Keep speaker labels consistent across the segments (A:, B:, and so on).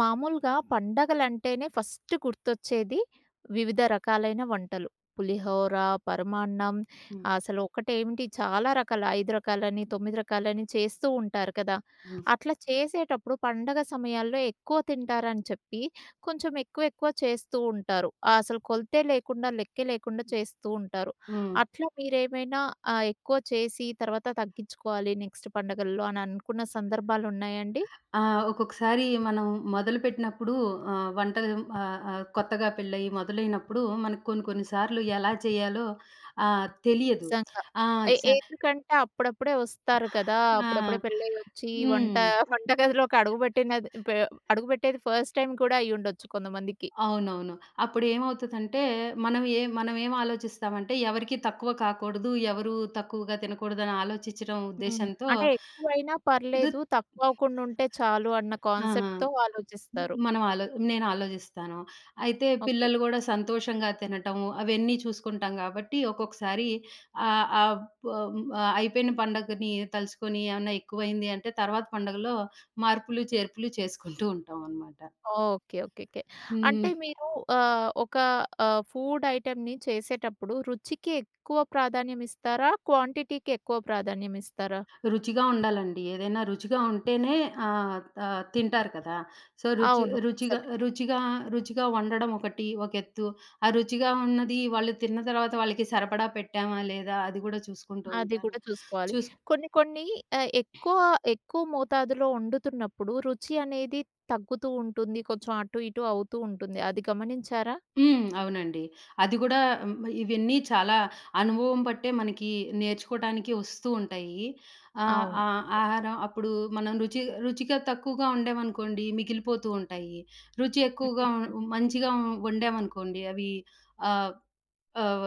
A: మామూలుగా పండగలంటేనే ఫస్ట్ గుర్తొచ్చేది వివిధ రకాలైన వంటలు. పులిహోర, పరమాన్నం
B: హ్మ్.
A: అసలు ఒకటేమిటి చాలా రకాల 5 రకాలని, 9 రకాలని చేస్తూ ఉంటారు కదా!
B: హ్మ్.
A: అట్లా చేసేటప్పుడు పండగ సమయాల్లో ఎక్కువ తింటారని చెప్పి కొంచెం ఎక్కువ ఎక్కువ చేస్తూ ఉంటారు. అసలు కొలతే లేకుండా, లెక్కే లేకుండా చేస్తూ ఉంటారు.
B: హ్మ్.
A: అట్లా మీరేమైనా ఎక్కువ చేసి తర్వాత తగ్గించుకోవాలి నెక్స్ట్ పండగల్లో అని అనుకున్న సందర్భాలున్నాయండి?
B: ఒక్కొక్కసారి మనం మొదలుపెట్టినప్పుడు వంటలు ఆహ్, ఆహ్, కొత్తగా పెళ్ళయి మొదలైనప్పుడు మనకు కొన్ని కొన్ని సార్లు ఎలా చేయాలో తెలియదు.
A: నిజంగా.
B: ఆ! చ
A: ఎందుకంటే అప్పుడప్పుడే వస్తారు కదా!
B: ఆ!
A: అప్పుడప్పుడే పెళ్ళయ్యొచ్చి వంట
B: హ్మ్.
A: వంట గదిలోకి అడుగుబెట్టినది పె అడుగుబెట్టేది ఫస్ట్ టైమ్ కూడా అయ్యుండొచ్చు కొంతమందికి.
B: అవునవును. అప్పుడేమవుతదంటే మనం ఏం ఆలోచిస్తామంటే ఎవరికీ తక్కువ కాకూడదు, ఎవరు తక్కువగా తినకూడదని ఆలోచించడం
A: హ్మ్.
B: ఉద్దేశ్యంతో
A: అంటే ఎక్కువైనా
B: దు
A: పర్లేదు, తక్కువ అవ్వకుండా ఉంటే చాలు అన్న
B: ఆ!
A: కాన్సెప్ట్‌తో ఆలోచిస్తారు.
B: మనం ఆలో నేను ఆలోజిస్తాను. అయితే
A: ఓకే.
B: పిల్లలు గూడా సంతోషంగా తినటం అవన్నీ చూసుకుంటాం గాబట్టి, ఒక్కొక్కసారి ఆహ్, ఆహ్, ప్ ఆహ్, అయిపోయిన పండగని తలుచుకొని ఏమన్నా ఎక్కువైంది అంటే, తర్వాత పండగలో మార్పులు, చేర్పులు చేసుకుంటూ ఉంటామనమాట.
A: ఓకే. ఓకే. ఓకే.
B: హ్మ్.
A: అంటే మీరు ఒక ఫుడ్ ఐటెమ్‌ని చేసేటప్పుడు రుచికి ఎక్కువ ప్రాధాన్యం ఇస్తారా? క్వాంటిటీకి ఎక్కువ ప్రాధాన్యం ఇస్తారా?
B: రుచిగా ఉండాలండి. ఏదైనా రుచిగా ఉంటేనే ఆహ్, ఆహ్, తింటారు కదా! సో, రుచి
A: అవును.
B: రుచిగా
A: నిజమే.
B: రుచిగా రుచిగా వండడం ఒక ఎత్తు. ఆ రుచిగా ఉన్నది వాళ్ళు తిన్న తర్వాత వాళ్ళకి సరిపడా పెట్టామా లేదా? అది గూడా చూసుకుంటూ
A: అది
B: ఉంటాను.
A: కూడా చూసుకోవాలి.
B: చూస్
A: కొన్ని కొన్ని ఎక్కువ ఎక్కువ మోతాదులో వండుతున్నప్పుడు రుచి అనేది తగ్గుతూ ఉంటుంది. కొంచెం అటు ఇటు అవుతూ ఉంటుంది. అది గమనించారా?
B: హ్మ్. అవునండి. అది గూడా హ్మ్. ఇవన్నీ చాలా అనుభవం బట్టే మనకి నేర్చుకోటానికి వస్తూ ఉంటాయి. ఆహ్,
A: అవును.
B: ఆహ్, ఆహారం అప్పుడు మనం రుచి రుచిగా తక్కువగా వండామనుకోండి మిగిలిపోతూ ఉంటాయి. రుచి ఎక్కువగా
A: హ్మ్.
B: మంచిగా వండామనుకోండి అవి ఆహ్, ఆహ్,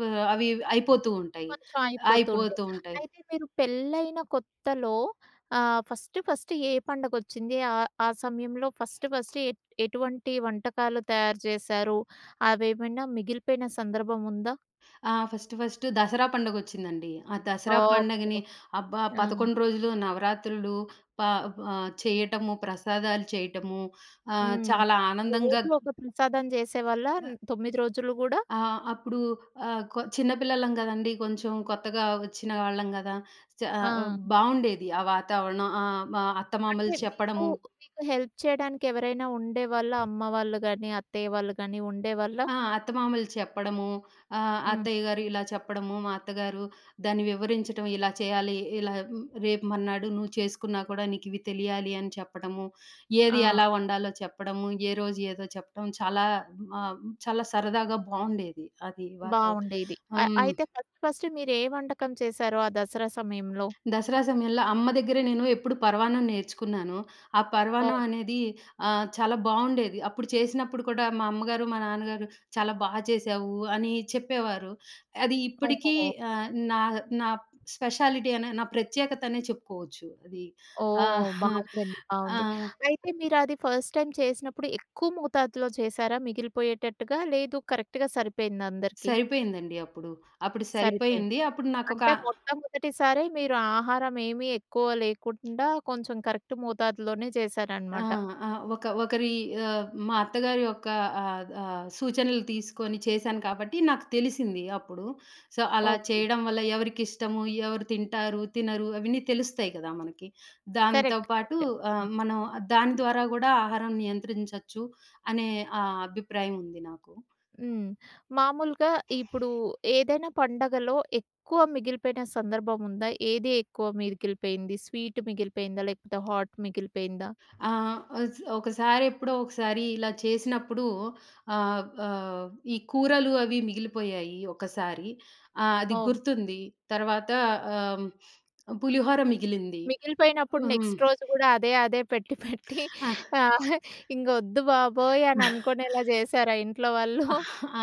B: వ అవి అయిపోతూ ఉంటాయి.
A: కొంచెం అయిపోతూ ఉంటాయి.
B: అయిపోతూ ఉంటాయి.
A: అయితే మీరు పెళ్ళైన కొత్తలో ఫస్ట్ ఫస్ట్ ఏ పండగొచ్చింది? ఆ ఆ సమయంలో ఫస్ట్ ఫస్ట్ ఎ ఎటువంటి వంటకాలు తయారు చేశారు? అవేమైనా మిగిలిపోయిన సందర్భం ఉందా?
B: ఆ! ఫస్ట్ ఫస్ట్ దసరా పండగొచ్చిందండి. ఆ దసరా
A: ఓకే.
B: పండగని
A: ఓకే.
B: అబ్బా!
A: ఆ!
B: 11 రోజులు నవరాత్రులు ప చేయటము, ప్రసాదాలు చేయటము
A: హ్మ్.
B: చాలా ఆనందంగా
A: రోజు ఒక ప్రసాదం చేసేవాళ్ళా? 9 రోజులు గూడా?
B: ఆ! అప్పుడు ఆహ్, కొ చిన్న పిల్లలం గదండీ! కొంచెం కొత్తగా వచ్చిన వాళ్ళం గదా! చ ఆహ్,
A: ఆ!
B: బావుండేది ఆ వాతావరణం. మా అత్తమామలు
A: అంటే మీకు,
B: చెప్పడము
A: మీకు హెల్ప్ చేయడానికి ఎవరైనా ఉండేవాళ్ళా? అమ్మ వాళ్ళు గాని, అత్తయ్య వాళ్ళు గాని ఉండేవాళ్ళా?
B: ఆ! అత్తమామలు చెప్పడము,
A: హ్మ్.
B: అత్తయ్య గారు ఇలా చెప్పడము, మా అత్తగారు దాన్ని వివరించటం, ఇలా చేయాలి, ఇలా, రేపు మర్నాడు నువ్వు చేసుకున్నా కూడా నీకివి తెలియాలి అని చెప్పడము, ఏది
A: ఆ!
B: ఎలా వండాలో చెప్పడము, ఏ రోజు ఏదో చెప్పడం చాలా ఆహ్, చాలా సరదాగా బావుండేది. అది వాతావ
A: బావుండేది.
B: హ్మ్.
A: అయితే ఫస్ట్ ఫస్ట్ మీరే వంటకం చేశారు ఆ దసరా సమయంలో?
B: దసరా సమయంలో అమ్మ దగ్గర నేను ఎప్పుడు పరవాన్నం నేర్చుకున్నాను. ఆ పరవాన్నం
A: ఓహ్!
B: అనేది చాలా బావుండేది. అప్పుడు చేసినప్పుడు కూడా మా అమ్మగారు, మా నాన్నగారు చాలా చేశావు అని చెప్పేవారు. అది ఇప్పటికీ
A: ఓహో!
B: ఆహ్, నా నా స్పెషాలిటీ అనే నా ప్రత్యేకత అనే చెప్పుకోవచ్చు. అది
A: ఓహ్!
B: ఆహ్,
A: బావుందండి.
B: ఆ!
A: బావుంది. అయితే మీరది ఫస్ట్ టైమ్ చేసినప్పుడు ఎక్కువ మోతాదులో చేశారా మిగిలిపోయేటట్టుగా? లేదు కరెక్ట్‌గా సరిపోయిందా అందరికి?
B: సరిపోయిందండి అప్పుడు. అప్పుడు
A: సరిపోయింది.
B: సరిపోయింది. అప్పుడు నాకొక
A: అంటే మొట్టమొదటిసారి మీరు ఆహారం ఏమీ ఎక్కువ లేకుండా కొంచెం కరెక్ట్ మోతాదులోనే
B: ఆ!
A: చేశారనమాట.
B: ఆ! ఒకరి మా అత్తగారి యొక్క ఆహ్, ఆహ్, సూచనలు తీసుకొని చేశాను కాబట్టి నాకు తెలిసింది అప్పుడు. సో, అలా
A: ఓకే.
B: చేయడం వల్ల ఎవరికిష్టము, ఎవరు తింటారు, తినరు అవన్నీ తెలుస్తాయి కదా మనకి. దాంతో
A: కరెక్ట్.
B: పాటు
A: కరెక్ట్. ఆ!
B: మనం దాని ద్వారా గూడా ఆహారం నియంత్రించొచ్చు అనే అభిప్రాయం ఉంది నాకు.
A: హ్మ్. మామూలుగా ఇప్పుడు ఏదైనా పండగలో ఎక్కువ మిగిలిపోయిన సందర్భం ఉందా? ఏది ఎక్కువ మిగిలిపోయింది? స్వీట్ మిగిలిపోయిందా? లేకపోతే హాట్ మిగిలిపోయిందా?
B: ఆ! ఒకసారి ఎప్పుడో ఒకసారి ఇలా చేసినప్పుడు ఆహ్, ఆహ్, ఈ కూరలు అవి మిగిలిపోయాయి ఒకసారి. అది
A: ఓకే.
B: గుర్తుంది. తర్వాత ఆహ్, పులిహోర మిగిలింది.
A: మిగిలిపోయినప్పుడు
B: హ్మ్.
A: నెక్స్ట్ రోజు గూడా అదే అదే పెట్టి పెట్టి
B: ఆ!
A: ఆహ్, ఇంక ఒద్దు బాబోయ్! అని అనుకునేలా చేశారా ఇంట్లో వాళ్ళు?
B: ఆ!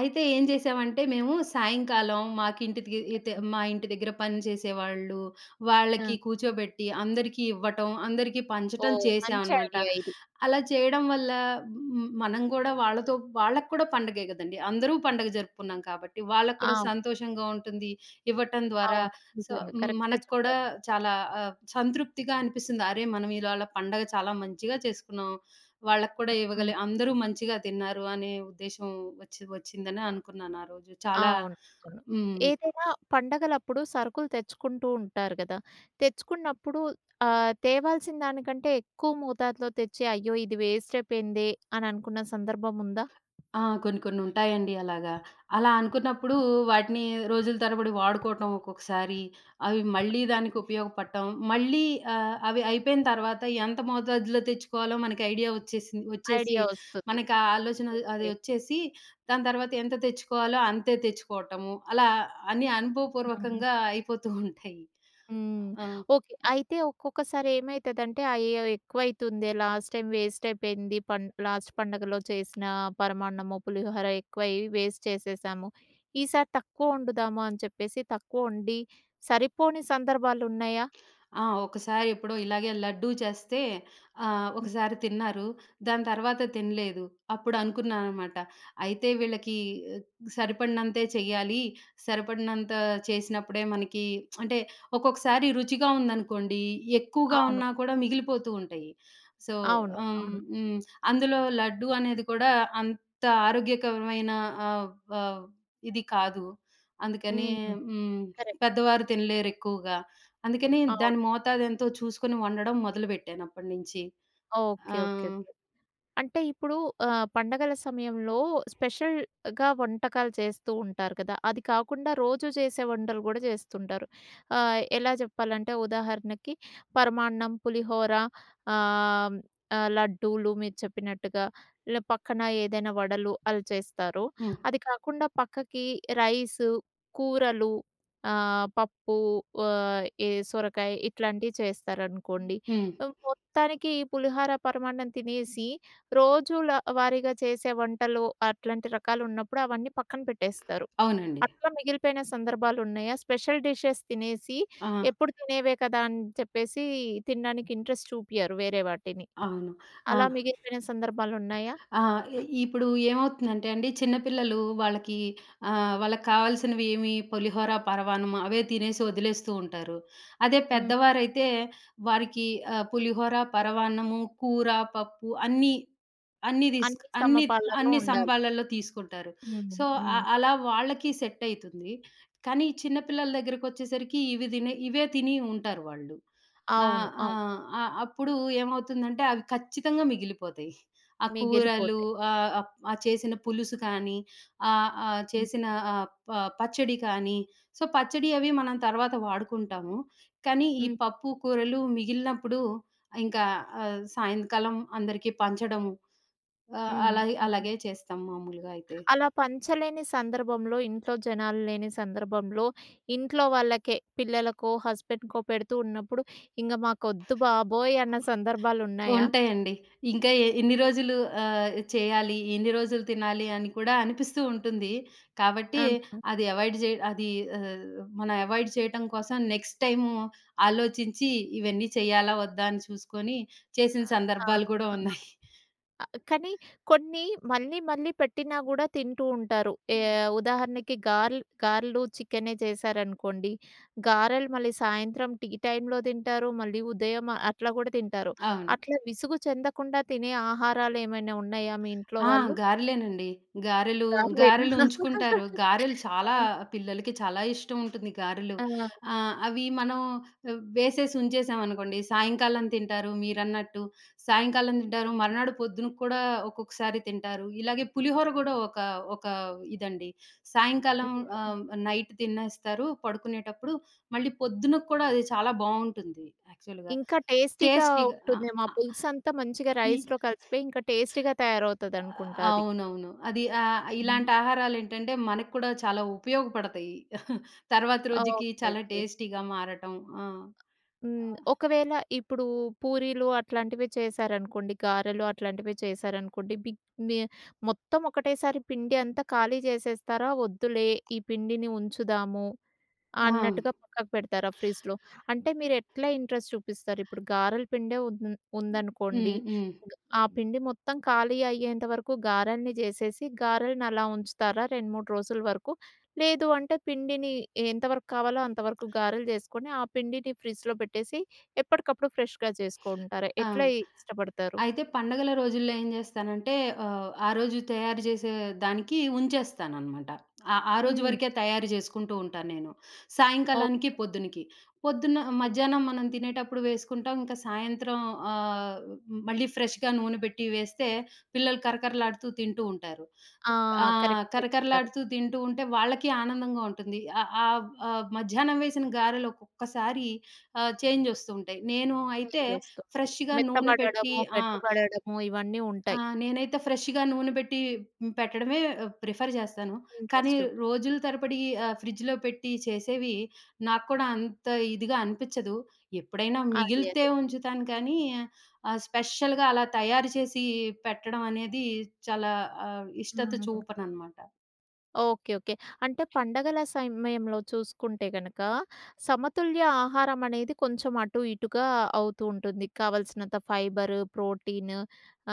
B: అయితే ఏం చేసామంటే మేము సాయంకాలం మాకింటికి ఇతే
A: ఆ!
B: మా ఇంటి దగ్గర పని చేసేవాళ్ళు,
A: ఆ!
B: వాళ్ళకి కూర్చోబెట్టి అందరికీ ఇవ్వటం, అందరికీ పంచటం
A: ఓహ్! మంచి
B: చేశామనమాట.
A: ఐడియా ఇది.
B: అలా చేయడం వల్ల మనం గూడా వాళ్ళతో వాళ్ళకి కూడా పండగే గదండీ! అందరూ పండగ జరుపుకున్నాం కాబట్టి, వాళ్ళకి
A: ఆ!
B: కూడా సంతోషంగా ఉంటుంది. ఇవ్వటం ద్వారా
A: అవును.
B: సో,
A: నిజంగా. కరెక్ట్‌గా
B: మనకు కూడా
A: చెప్పారు.
B: చాలా సంతృప్తిగా అనిపిస్తుంది. అరే! మనం ఇవాళ పండగ చాలా మంచిగా చేసుకున్నాం. వాళ్ళకి కూడా ఇవ్వగలి
A: హ్మ్.
B: అందరూ మంచిగా తిన్నారు అనే ఉద్దేశం వచ్చిందని అనుకున్నాను ఆ రోజు. చాలా
A: అవును. అవును.
B: హ్మ్.
A: ఏదైనా పండగలప్పుడు సరుకులు తెచ్చుకుంటూ ఉంటారు గదా! తెచ్చుకున్నప్పుడు తేవాల్సిన దానికంటే ఎక్కువ మోతాదులో తెచ్చి, అయ్యో! ఇది వేస్ట్ అయిపోయిందే అని అనుకున్న సందర్భం ఉందా?
B: ఆ! కొన్ని కొన్ని ఉంటాయండి అలాగా. అలా అనుకున్నప్పుడు వాటిని రోజుల తరబడి వాడుకోవటం ఒక్కొక్కసారి, అవి మళ్ళీ
A: ఆ!
B: దానికి ఉపయోగపడటం, మళ్ళీ అవి అయిపోయిన తర్వాత ఎంత మోతాదులో తెచ్చుకోవాలో మనకి ఐడియా వచ్చేసి,
A: ఐడియా వస్తుంది.
B: మనకు ఆ ఆలోచన అది
A: ఓకే.
B: వచ్చేసి, దాని తర్వాత ఎంత తెచ్చుకోవాలో అంతే తెచ్చుకోవటము. అలా అన్నీ
A: హ్మ్.
B: అనుభవపూర్వకంగా అయిపోతూ ఉంటాయి.
A: హ్మ్.
B: ఆ!
A: ఓకే. అయితే ఒక్కొక్కసారి ఏమైతదంటే, అయ్యో! ఎక్కువైతుందే లాస్ట్ టైం వేస్ట్ అయిపోయింది. లాస్ట్ పండగలో చేసిన పరమాన్నము, పులిహోర ఎక్కువై వేస్ట్ చేసేసాము. ఈసారి తక్కువ వండుదాము అని చెప్పేసి తక్కువ వండి సరిపోని సందర్భాలున్నాయా?
B: ఆ! ఒకసారి ఎప్పుడో ఇలాగే లడ్డూ చేస్తే
A: హ్మ్.
B: ఒకసారి తిన్నారు. దాని తర్వాత తినలేదు. అప్పుడు అనుకున్నాననమాట. అయితే వీళ్ళకి సరిపడినంతే చెయ్యాలి. సరిపడినంత చేసినప్పుడే మనకి అంటే ఒక్కొక్కసారి రుచిగా ఉందనుకోండి, ఎక్కువగా
A: అవును.
B: ఉన్నా కూడా మిగిలిపోతూ ఉంటాయి. సో,
A: అవును.
B: హ్మ్.
A: అవును.
B: హ్మ్. అందులో లడ్డూ అనేది కూడా అంత ఆరోగ్యకరమైన ఆహ్, ఆహ్, ఇది కాదు. అందుకని
A: హ్మ్.
B: హ్మ్.
A: కరెక్ట్.
B: పెద్దవారు తినలేరెక్కువగా. అందుకని దాని
A: అవును.
B: మోతాదెంతో చూసుకొని వండడం మొదలుపెట్టానప్పటి నుంచి.
A: ఓకే. ఓకే.
B: ఆహ్,
A: ఓకే. అంటే ఇప్పుడు పండగల సమయంలో స్పెషల్‌గా వంటకాలు చేస్తూ ఉంటారు కదా! అది కాకుండా రోజు చేసే వంటలు కూడా చేస్తుంటారు. ఎలా చెప్పాలంటే ఉదాహరణకి పరమాన్నం, పులిహోర ఆహ్, లడ్డూలు మీరు చెప్పినట్టుగా ఇలా పక్కన ఏదైనా వడలు అలా చేస్తారు.
B: హ్మ్.
A: అది కాకుండా పక్కకి రైసు, కూరలు పప్పు ఏ సొరకాయ ఇట్లాంటివి చేస్తారనుకోండి.
B: హ్మ్.
A: మొత్తానికి ఈ పులిహార, పరమాన్నం తినేసి రోజుల వారీగా చేసే వంటలు అట్లాంటి రకాలున్నప్పుడు అవన్నీ పక్కన పెట్టేస్తారు.
B: అవునండి.
A: అట్లా మిగిలిపోయిన సందర్భాలున్నాయా? స్పెషల్ డిషెస్ తినేసి
B: ఆ!
A: ఎప్పుడు తినేవే కదా అని చెప్పేసి తినడానికి ఇంట్రెస్ట్ చూపియరు వేరే వాటిని.
B: అవును. ఆ!
A: అలా మిగిలిపోయిన సందర్భాలున్నాయా?
B: ఆ! ఇప్పుడు ఏమవుతుందంటే అండి, చిన్న పిల్లలు వాళ్ళకి కావాల్సినవి ఏమి పులిహోర, పరమాన్నం అవే తినేసి వదిలేస్తూ ఉంటారు. అదే
A: హ్మ్.
B: పెద్దవారైతే వారికి పులిహోర, పరమాన్నము, కూర, పప్పు అన్నీ, అన్నీ తీసుకు
A: అన్ని
B: అన్ని
A: సమపాలలో
B: అన్ని
A: ఉండాలి.
B: సంబాలలో తీసుకుంటారు.
A: హ్మ్.
B: సో,
A: హ్మ్.
B: అలా వాళ్ళకి సెట్ అయితుంది. కానీ చిన్న పిల్లల దగ్గరకొచ్చేసరికి ఇవి తినే ఇవే తిని ఉంటారు వాళ్ళు. ఆ!
A: అవును.
B: ఆ!
A: అవును.
B: ఆ! అప్పుడు ఏమవుతుందంటే అవి ఖచ్చితంగా మిగిలిపోతాయి. ఆ కూరలు,
A: మిగిలిపోతాయి.
B: ఆహ్, ఆహ్, ఆ చేసిన పులుసు కానీ, ఆహ్, ఆహ్,
A: హ్మ్.
B: చేసిన ఆహ్, ప పచ్చడి కానీ, సో, పచ్చడి అవి మనం తర్వాత వాడుకుంటాము. కానీ ఈ
A: హ్మ్.
B: పప్పు, కూరలు మిగిలినప్పుడు ఇంకా సాయంకాలం అందరికీ పంచడము.
A: హ్మ్.
B: అలాగే
A: హ్మ్.
B: అలాగే చేస్తాం మామూలుగా అయితే.
A: అలా పంచలేని సందర్భంలో, ఇంట్లో జనాలు లేని సందర్భంలో, ఇంట్లో వాళ్ళకే పిల్లలకో, హస్బెండ్‌కో పెడుతూ ఉన్నప్పుడు, ఇంగ మాకొద్దు బాబోయ్! అన్న సందర్భాలున్నాయా?
B: ఉంటాయండి. ఇంకా ఎన్ని రోజులు చేయాలి, ఎన్ని రోజులు తినాలి అని కూడా అనిపిస్తూ ఉంటుంది. కాబట్టి
A: ఆ!
B: అది అవాయిడ్ జే అది ఆహ్, మనం అవాయిడ్ చేయటం కోసం నెక్స్ట్ టైము ఆలోచించి ఇవన్నీ చేయాలా వద్దా అని చూసుకొని చేసిన
A: ఆ! ఆ!
B: సందర్భాలు కూడా ఉన్నాయి.
A: ఆ! కానీ కొన్ని మళ్ళీ మళ్ళీ పెట్టినా గూడా తింటూ ఉంటారు.
B: హ్మ్.
A: ఉదాహరణకి గారెలు గారెలు, చికెనే చేశారనుకోండి, గారెలు మళ్ళీ సాయంత్రం టీ టైమ్‌లో తింటారు, మళ్ళీ ఉదయం అట్లా గూడా తింటారు.
B: అవును.
A: అట్లా విసుగు చెందకుండా తినే ఆహారాలేమైనా ఉన్నాయా మీ ఇంట్లో
B: ఆ!
A: వాళ్ళు?
B: గారెలేనండి. గారెలు,
A: చాక్లేట్.
B: గారెలు ఉంచుకుంటారు. గారెలు
A: ఆ!
B: చాలా పిల్లలకి చాలా ఇష్టం ఉంటుంది గారెలు.
A: ఆ!
B: అవి మనం వేసేసి ఉంచేసామనుకోండి, సాయంకాలం తింటారు మీరన్నట్టు. సాయంకాలం తింటారు, మర్నాడు పొద్దున కూడా ఒక్కొక్కసారి తింటారు. ఇలాగే పులిహోర కూడా ఒక ఇదండి. సాయంకాలం
A: హ్మ్.
B: ఆహ్, నైట్ తినేస్తారు పడుకునేటప్పుడు. మళ్ళీ పొద్దునకి కూడా అది చాలా బావుంటుంది యాక్చువల్‌గా.
A: ఇంకా టేస్టీగా
B: టేస్టీగా. ఆ!
A: ఉంటుందేమో. ఆ
B: ఆ!
A: పులుసంతా మంచిగా
B: ఈ
A: రైస్‌లో కలిసిపోయి ఇంకా టేస్టీగా తయారవుతదనుకుంటా అది.
B: అవునవును. అది
A: హ్మ్.
B: ఇలాంటి ఆహారాలేంటంటే మనకు కూడా చాలా ఉపయోగపడతాయి. తర్వాత రోజుకి
A: ఓకే.
B: చాలా
A: ఓకే.
B: టేస్టీగా మారటం. ఆ!
A: హ్మ్. ఒకవేళ ఇప్పుడు పూరీలు అట్లాంటివి చేశారనుకోండి, గారెలు అట్లాంటివి చేశారనుకోండి, బిగ్ మి మొత్తం ఒకటేసారి పిండి అంతా ఖాళీ చేసేస్తారా? వద్దులే ఈ పిండిని ఉంచుదాము
B: ఆ!
A: అన్నట్టుగా పక్కకు పెడతారా ఫ్రిడ్జ్‌లో? అంటే మీరెట్లా ఇంట్రెస్ట్ చూపిస్తారు? ఇప్పుడు గారెల పిండే ఉందనుకోండి,
B: హ్మ్. హ్మ్.
A: గ ఆ హ్మ్. పిండి మొత్తం ఖాళీ అయ్యేంత వరకు గారెల్ని చేసేసి, గారెలను అలా ఉంచుతారా 2, 3 రోజుల వరకు? లేదు అంటే పిండిని ఎంత వరకు కావాలో అంతవరకు గారెలు చేసుకొని, ఆ పిండిని ఫ్రిడ్జ్‌లో పెట్టేసి ఎప్పటికప్పుడు ఫ్రెష్‌గా చేసుకుంటారు.
B: ఆ!
A: ఎట్లా ఇష్టపడతారు?
B: అయితే పండగల రోజుల్లో ఏం చేస్తానంటే ఆ రోజు తయారు చేసే దానికి ఉంచేస్తాననమాట. ఆ ఆ రోజు
A: హ్మ్.
B: వరకే తయారు చేసుకుంటూ ఉంటాను నేను. సాయంకాలానికి,
A: ఓకే.
B: పొద్దునకి. పొద్దున్న మధ్యాహ్నం మనం తినేటప్పుడు వేసుకుంటాం. ఇంకా సాయంత్రం ఆహ్, మళ్ళీ ఫ్రెష్‌గా నూనె పెట్టి వేస్తే పిల్లలు కరకరలాడుతూ తింటూ ఉంటారు.
A: ఆ!
B: ఆ!
A: కరెక్ట్‌గా చెప్పారు.
B: కరకరలాడుతూ తింటూ ఉంటే వాళ్ళకి ఆనందంగా ఉంటుంది. ఆహ్, ఆహ్, ఆహ్, మధ్యాహ్నం వేసిన గారెలు ఒక్కొక్కసారి చేంజ్ వస్తూ ఉంటాయి. నేను అయితే
A: చేంజ్ వస్తూ ఉంటది.
B: ఫ్రెష్‌గా నూనె పెట్టి
A: మెత్తబడడము,
B: ఆ!
A: గట్టిపడడము ఇవన్నీ
B: ఆ!
A: ఉంటాయి.
B: నేనైతే ఫ్రెష్‌గా నూనె పెట్టి పెట్టడమే ప్రిఫర్ చేస్తాను. కానీ
A: ఇంట్రెస్ట్ చూపి
B: రోజుల తరబడి ఫ్రిడ్జ్‌లో పెట్టి చేసేవి నాకు కూడా అంత ఇదిగా అనిపిచ్చదు. ఎప్పుడైనా
A: అదే.
B: మిగిలితే
A: అదే.
B: ఉంచుతాను కానీ స్పెషల్‌గా అలా తయారు చేసి పెట్టడం అనేది చాలా ఇష్టత
A: హ్మ్.
B: చూపననమాట.
A: ఓకే. ఓకే. అంటే పండగల సమయంలో చూసుకుంటే గనక, సమతుల్య ఆహారం అనేది కొంచెం అటు ఇటుగా అవుతూ ఉంటుంది. కావాల్సినంత ఫైబర్, ప్రోటీన్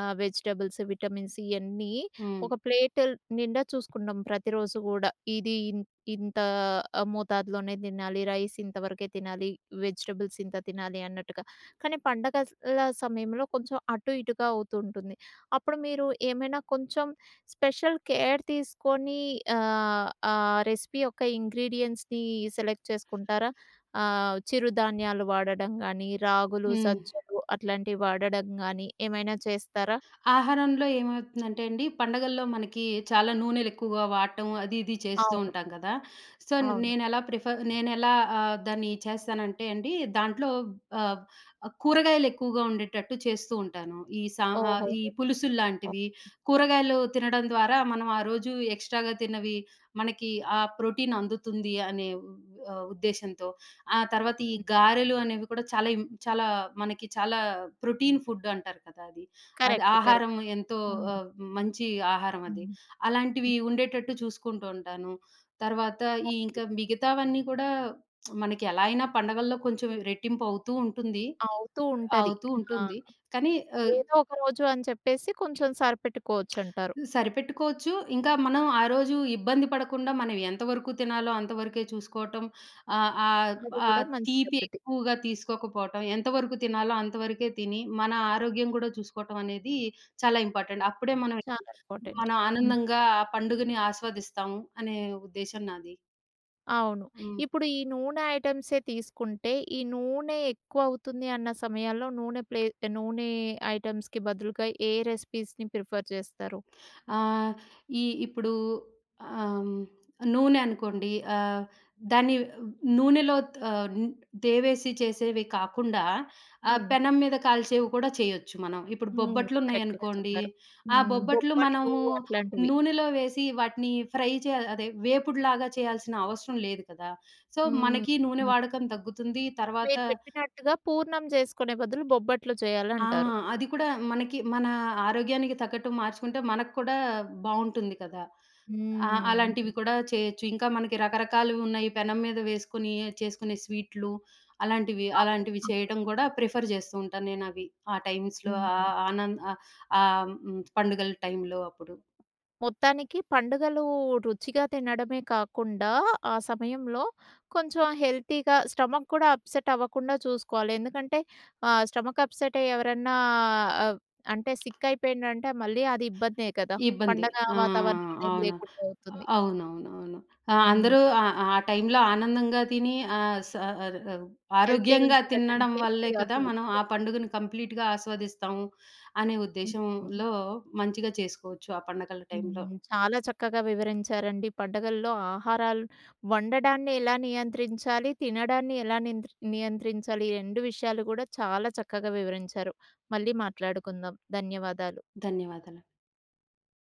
A: వెజిటబుల్స్, విటమిన్స్ ఇయన్నీ
B: హ్మ్.
A: ఒక ప్లేట్ నిండా చూసుకుంటాం ప్రతిరోజు గూడా. ఇది ఇన్ ఇంత మోతాదులోనే తినాలి, రైస్ ఇంతవరకే తినాలి, వెజిటబుల్స్ ఇంత తినాలి అన్నట్టుగా. కానీ పండగల సమయంలో కొంచెం అటు ఇటుగా అవుతూ ఉంటుంది. అప్పుడు మీరు ఏమైనా కొంచెం స్పెషల్ కేర్ తీసుకొని ఆ రెసిపీ యొక్క ఇంగ్రీడియెంట్స్‌ని సెలెక్ట్ చేసుకుంటారా? చిరుధాన్యాలు వాడడం గానీ, రాగులు,
B: హ్మ్.
A: సజ్జలు అట్లాంటివి వాడడం గానీ ఏమైనా చేస్తారా?
B: ఆహారంలో ఏమవుతుందంటే అండి, పండగల్లో మనకి చాలా నూనెలెక్కువగా వాడటం అది, ఇది చేస్తూ
A: అవును.
B: ఉంటాం కదా! సో,
A: అవును.
B: నేనెలా దాన్ని చేస్తానంటే అండి, దాంట్లో ఆహ్, కూరగాయలెక్కువగా ఉండేటట్టు చేస్తూ ఉంటాను.
A: ఓహోహో!
B: ఈ
A: ఓహ్!
B: పులుసుల్లాంటివి, కూరగాయలు తినడం ద్వారా మనం ఆ రోజు ఎక్స్‌ట్రాగా తిన్నవి మనకి ఆ ప్రోటీన్ అందుతుంది అనే ఉద్దేశ్యంతో. ఆ తర్వాత ఈ
A: హ్మ్.
B: గారెలు అనేవి కూడా చాలా చాలా మనకి చాలా ప్రోటీన్ ఫుడ్ అంటారు కదా! అది. అది
A: కరెక్ట్. కరెక్ట్.
B: ఆహారం ఎంతో
A: హ్మ్.
B: ఆహ్, మంచి ఆహారం అది.
A: హ్మ్.
B: అలాంటివి
A: హ్మ్.
B: ఉండేటట్టు చూసుకుంటూ ఉంటాను. తర్వాత
A: ఓకే.
B: ఇంకా మిగతావన్నీ కూడా మనకి ఎలా అయినా పండగల్లో కొంచెం రెట్టింపు అవుతూ ఉంటుంది.
A: అవుతూ ఉంటది.
B: అవుతూ
A: ఆ!
B: ఉంటుంది. కానీ ఆహ్,
A: ఏదో ఒక రోజు అని చెప్పేసి కొంచెం సరిపెట్టుకోవచ్చంటారు.
B: సరిపెట్టుకోవచ్చు. ఇంకా మనం ఆ రోజు ఇబ్బంది పడకుండా మనం ఎంతవరకు తినాలో అంతవరకే చూసుకోవటం. ఆహ్, ఆహ్,
A: అది కూడా
B: ఆహ్,
A: మంచి
B: తీపి
A: పద్ధతి.
B: ఎక్కువగా తీసుకోకపోవటం, ఎంతవరకు తినాలో అంతవరకే తిని, మన ఆరోగ్యం గూడా చూసుకోవటం అనేది చాలా ఇంపార్టెంట్. అప్పుడే మనం
A: చాలా ఇంపార్టెంట్.
B: మనం
A: హ్మ్.
B: ఆనందంగా ఆ పండుగని ఆస్వాదిస్తాము అనే ఉద్దేశం నాది.
A: అవును.
B: హ్మ్.
A: ఇప్పుడు ఈ నూనె ఐటెమ్సే తీసుకుంటే, ఈ నూనె ఎక్కువవుతుంది అన్న సమయాల్లో నూనె ఐటెమ్స్‌కి బదులుగా ఏ రెసిపీస్‌ని ప్రిఫర్ చేస్తారు?
B: ఆహ్, ఈ ఇప్పుడు ఆహ్, హ్మ్, నూనె అనుకోండి. దాన్ని నూనెలో ఆహ్, న్ దేవేసి చేసేవి కాకుండా
A: హ్మ్.
B: పెనం మీద కాల్చేవి కూడా చేయొచ్చు మనం. ఇప్పుడు
A: హ్మ్.
B: బొబ్బట్లు
A: కరెక్ట్‌గా
B: ఉన్నాయనుకోండి.
A: చెప్పారు.
B: ఆ
A: హ్మ్.
B: బొబ్బట్లు
A: బొబ్బట్లు
B: మనము
A: అట్లాంటివి.
B: నూనెలో వేసి వాటిని ఫ్రై చే అదే వేపుడులాగా చేయాల్సిన అవసరం లేదు కదా! సో,
A: హ్మ్.
B: మనకి నూనె
A: హ్మ్.
B: వాడకం తగ్గుతుంది. తర్వాత
A: మీరు చెప్పినట్టుగా పూర్ణం చేసుకునే బదులు బొబ్బట్లు
B: ఆ!
A: చేయాలంటారు.
B: అది కూడా మన ఆరోగ్యానికి తగ్గట్టు మార్చుకుంటే మనకు కూడా బావుంటుంది కదా! ఆ!
A: హ్మ్.
B: అలాంటివి కూడా చేయొచ్చు. ఇంకా మనకి రకరకాలువి ఉన్నాయి. పెనం మీద వేసుకొని చేసుకునే స్వీట్లు అలాంటివి,
A: అవును.
B: అలాంటివి
A: అవును.
B: చేయడం కూడా ప్రిఫర్ చేస్తూ ఉంటాను నేనవి. ఆ టైమ్స్‌లో
A: హ్మ్.
B: ఆహ్, ఆనంద్ ఆహ్, ఆహ్, హ్మ్, పండుగల టైంలో అప్పుడు.
A: మొత్తానికి పండుగలు రుచిగా తినడమే కాకుండా, ఆ సమయంలో కొంచెం హెల్తీగా స్టమక్ కూడా అప్‌సెట్ అవ్వకుండా చూసుకోవాలి. ఎందుకంటే స్టమక్ అప్‌సెట్ అయ్యి ఎవరన్నా ఆహ్, అంటే సిక్ అయిపోయిండ్రంటే మళ్ళీ అది ఇబ్బందే కదా!
B: ఇబ్బంది.
A: పండగ
B: ఆ!
A: వాతావరణం అనేది
B: అవును.
A: లేకుండా అవుతుంది.
B: అవునవునవును. ఆ!
A: హ్మ్.
B: అందరూ ఆ టైంలో ఆనందంగా తిని ఆహ్, స ఆర్ ఆవ్
A: హెల్తీగా
B: ఆరోగ్యంగా తినడం
A: ఉండడానికే
B: వల్లే కదా!
A: ప్రియారిటీ
B: మనం ఆ
A: ఇస్తారు.
B: పండుగను కంప్లీట్‌గా ఆస్వాదిస్తాము అనే
A: హ్మ్.
B: ఉద్దేశంలో మంచిగా చేసుకోవచ్చు ఆ పండగల టైంలో.
A: హ్మ్. చాలా చక్కగా వివరించారండి. పండగల్లో ఆహారాలు వండడాన్ని ఎలా నియంత్రించాలి? తినడాన్ని ఎలా నియంత్రించాలి? ఈ 2 విషయాలు కూడా చాలా చక్కగా వివరించారు. మళ్ళీ మాట్లాడుకుందాం. ధన్యవాదాలు.
B: ధన్యవాదాలు.